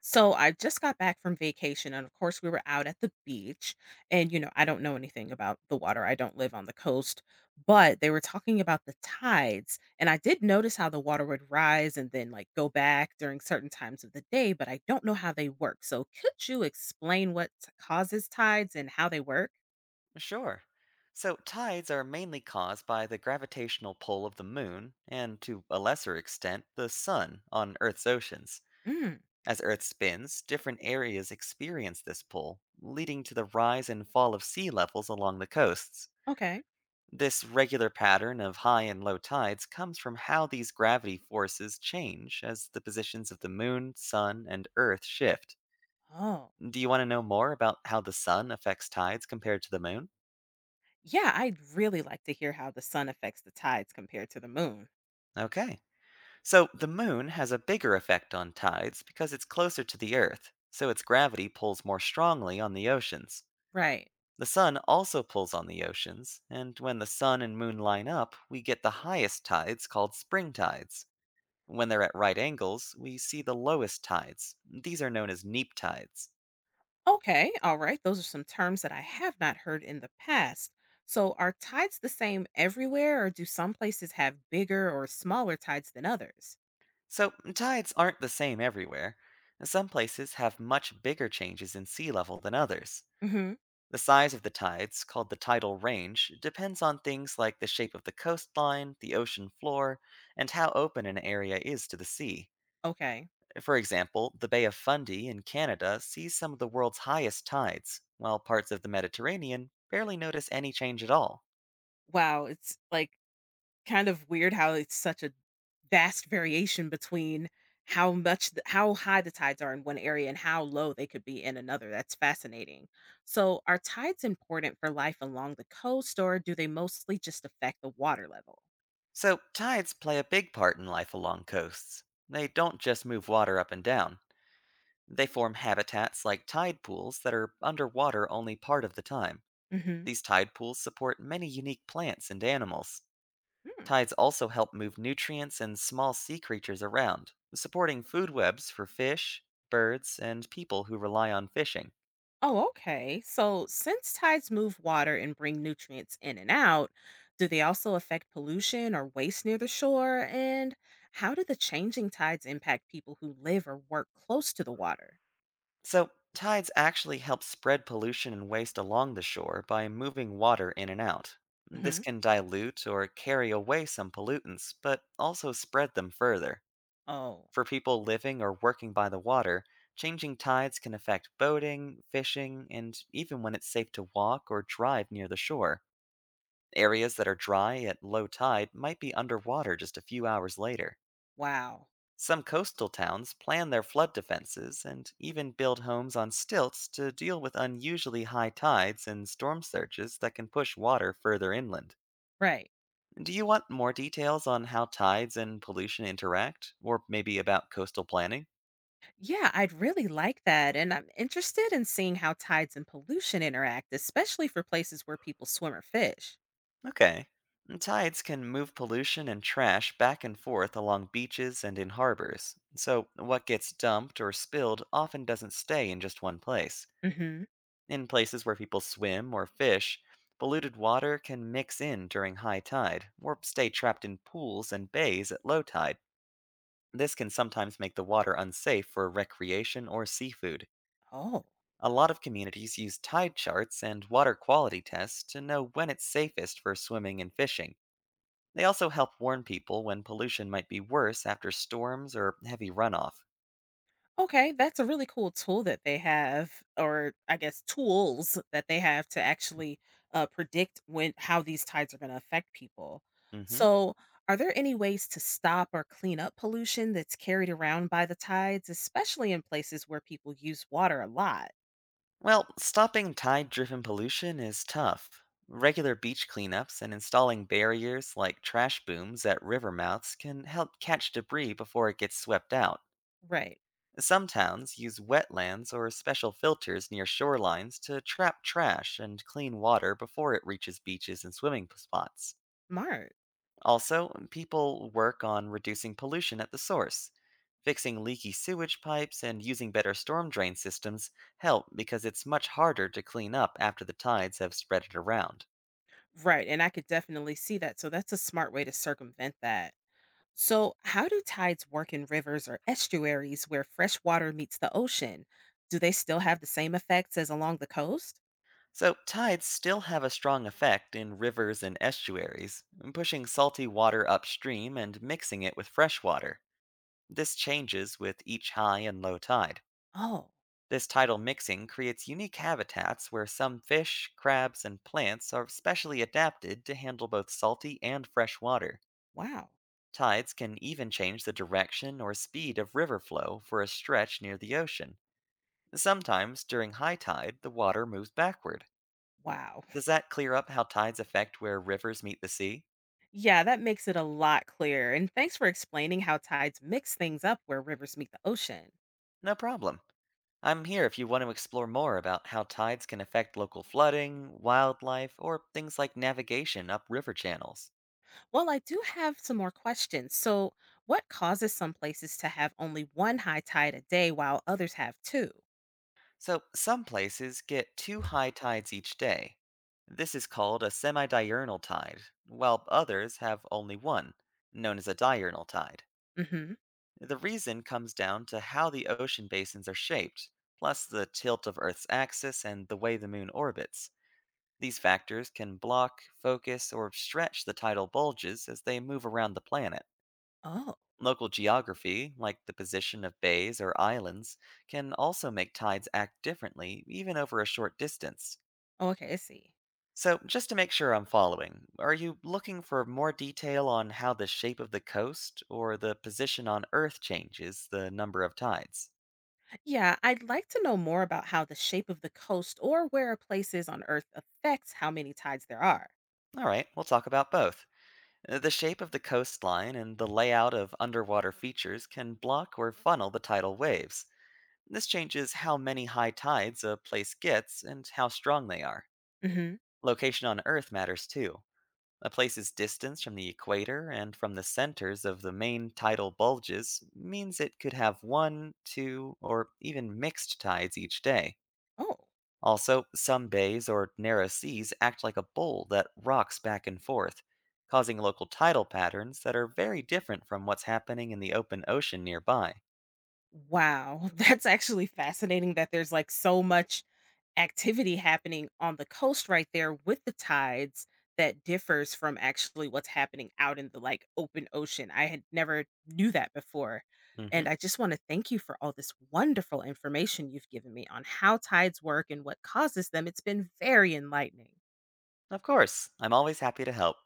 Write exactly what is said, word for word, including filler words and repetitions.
So I just got back from vacation, and of course we were out at the beach, and you know I don't know anything about the water. I don't live on the coast, but they were talking about the tides, and I did notice how the water would rise and then like go back during certain times of the day, but I don't know how they work. So could you explain what t- causes tides and how they work? Sure. So, tides are mainly caused by the gravitational pull of the moon, and to a lesser extent, the sun on Earth's oceans. Mm, As Earth spins, different areas experience this pull, leading to the rise and fall of sea levels along the coasts. okay. This regular pattern of high and low tides comes from how these gravity forces change as the positions of the moon, sun, and Earth shift. Oh. Do you want to know more about how the sun affects tides compared to the moon? Yeah, I'd really like to hear how the sun affects the tides compared to the moon. Okay. So, the moon has a bigger effect on tides because it's closer to the Earth, so its gravity pulls more strongly on the oceans. Right. The sun also pulls on the oceans, and when the sun and moon line up, we get the highest tides called spring tides. When they're at right angles, we see the lowest tides. These are known as neap tides. Okay, all right. Those are some terms that I have not heard in the past. So, are tides the same everywhere, or do some places have bigger or smaller tides than others? So, tides aren't the same everywhere. Some places have much bigger changes in sea level than others. Hmm. The size of the tides, called the tidal range, depends on things like the shape of the coastline, the ocean floor, and how open an area is to the sea. Okay. For example, the Bay of Fundy in Canada sees some of the world's highest tides, while parts of the Mediterranean barely notice any change at all. Wow, it's like kind of weird how it's such a vast variation between how much, the, how high the tides are in one area and how low they could be in another. That's fascinating. So, are tides important for life along the coast, or do they mostly just affect the water level? So, tides play a big part in life along coasts. They don't just move water up and down, they form habitats like tide pools that are underwater only part of the time. Hmm. These tide pools support many unique plants and animals. Tides also help move nutrients and small sea creatures around, supporting food webs for fish, birds, and people who rely on fishing. Oh, okay. So, since tides move water and bring nutrients in and out, do they also affect pollution or waste near the shore? And how do the changing tides impact people who live or work close to the water? So, tides actually help spread pollution and waste along the shore by moving water in and out. This Hmm. can dilute or carry away some pollutants, but also spread them further. Oh, For people living or working by the water, changing tides can affect boating, fishing, and even when it's safe to walk or drive near the shore. Areas that are dry at low tide might be underwater just a few hours later. wow. Some coastal towns plan their flood defenses and even build homes on stilts to deal with unusually high tides and storm surges that can push water further inland. Right. Do you want more details on how tides and pollution interact, or maybe about coastal planning? Yeah, I'd really like that. And I'm interested in seeing how tides and pollution interact, especially for places where people swim or fish. Okay. And tides can move pollution and trash back and forth along beaches and in harbors, so what gets dumped or spilled often doesn't stay in just one place. Hmm. In places where people swim or fish, polluted water can mix in during high tide, or stay trapped in pools and bays at low tide. This can sometimes make the water unsafe for recreation or seafood. Oh. A lot of communities use tide charts and water quality tests to know when it's safest for swimming and fishing. They also help warn people when pollution might be worse after storms or heavy runoff. Okay, that's a really cool tool that they have, or I guess tools that they have to actually uh, predict when how these tides are going to affect people. Hmm. So, are there any ways to stop or clean up pollution that's carried around by the tides, especially in places where people use water a lot? Well, stopping tide driven pollution is tough. Regular beach cleanups and installing barriers like trash booms at river mouths can help catch debris before it gets swept out. Right, Some towns use wetlands or special filters near shorelines to trap trash and clean water before it reaches beaches and swimming p- spots. smart. Also, people work on reducing pollution at the source. Fixing leaky sewage pipes and using better storm drain systems help because it's much harder to clean up after the tides have spread it around. Right, and I could definitely see that. So that's a smart way to circumvent that. So, how do tides work in rivers or estuaries where fresh water meets the ocean? Do they still have the same effects as along the coast? So, tides still have a strong effect in rivers and estuaries, pushing salty water upstream and mixing it with fresh water. This changes with each high and low tide. Oh, This tidal mixing creates unique habitats where some fish, crabs, and plants are specially adapted to handle both salty and fresh water. wow. Tides can even change the direction or speed of river flow for a stretch near the ocean. Sometimes, during high tide, the water moves backward. Wow. Does that clear up how tides affect where rivers meet the sea? Yeah, that makes it a lot clearer. And thanks for explaining how tides mix things up where rivers meet the ocean. No problem. I'm here if you want to explore more about how tides can affect local flooding, wildlife, or things like navigation up river channels. Well, I do have some more questions. So, what causes some places to have only one high tide a day while others have two? So, some places get two high tides each day. This is called a semidiurnal tide, while others have only one, known as a diurnal tide. Mm hmm. The reason comes down to how the ocean basins are shaped, plus the tilt of Earth's axis and the way the moon orbits. These factors can block, focus, or stretch the tidal bulges as they move around the planet. Oh, Local geography, like the position of bays or islands, can also make tides act differently, even over a short distance. okay, I see. So, just to make sure I'm following, are you looking for more detail on how the shape of the coast or the position on Earth changes the number of tides? Yeah, I'd like to know more about how the shape of the coast or where a place is on Earth affects how many tides there are. Alright, we'll talk about both. Uh, The shape of the coastline and the layout of underwater features can block or funnel the tidal waves. This changes how many high tides a place gets and how strong they are. Hmm. Location on Earth matters too. A place's distance from the equator and from the centers of the main tidal bulges means it could have one, two, or even mixed tides each day. Oh, Also, some bays or narrow seas act like a bowl that rocks back and forth, causing local tidal patterns that are very different from what's happening in the open ocean nearby. wow. That's actually fascinating that there's like so much activity happening on the coast right there with the tides that differs from actually what's happening out in the like open ocean. I had never knew that before. Hmm. And I just want to thank you for all this wonderful information you've given me on how tides work and what causes them. It's been very enlightening. Of course, I'm always happy to help.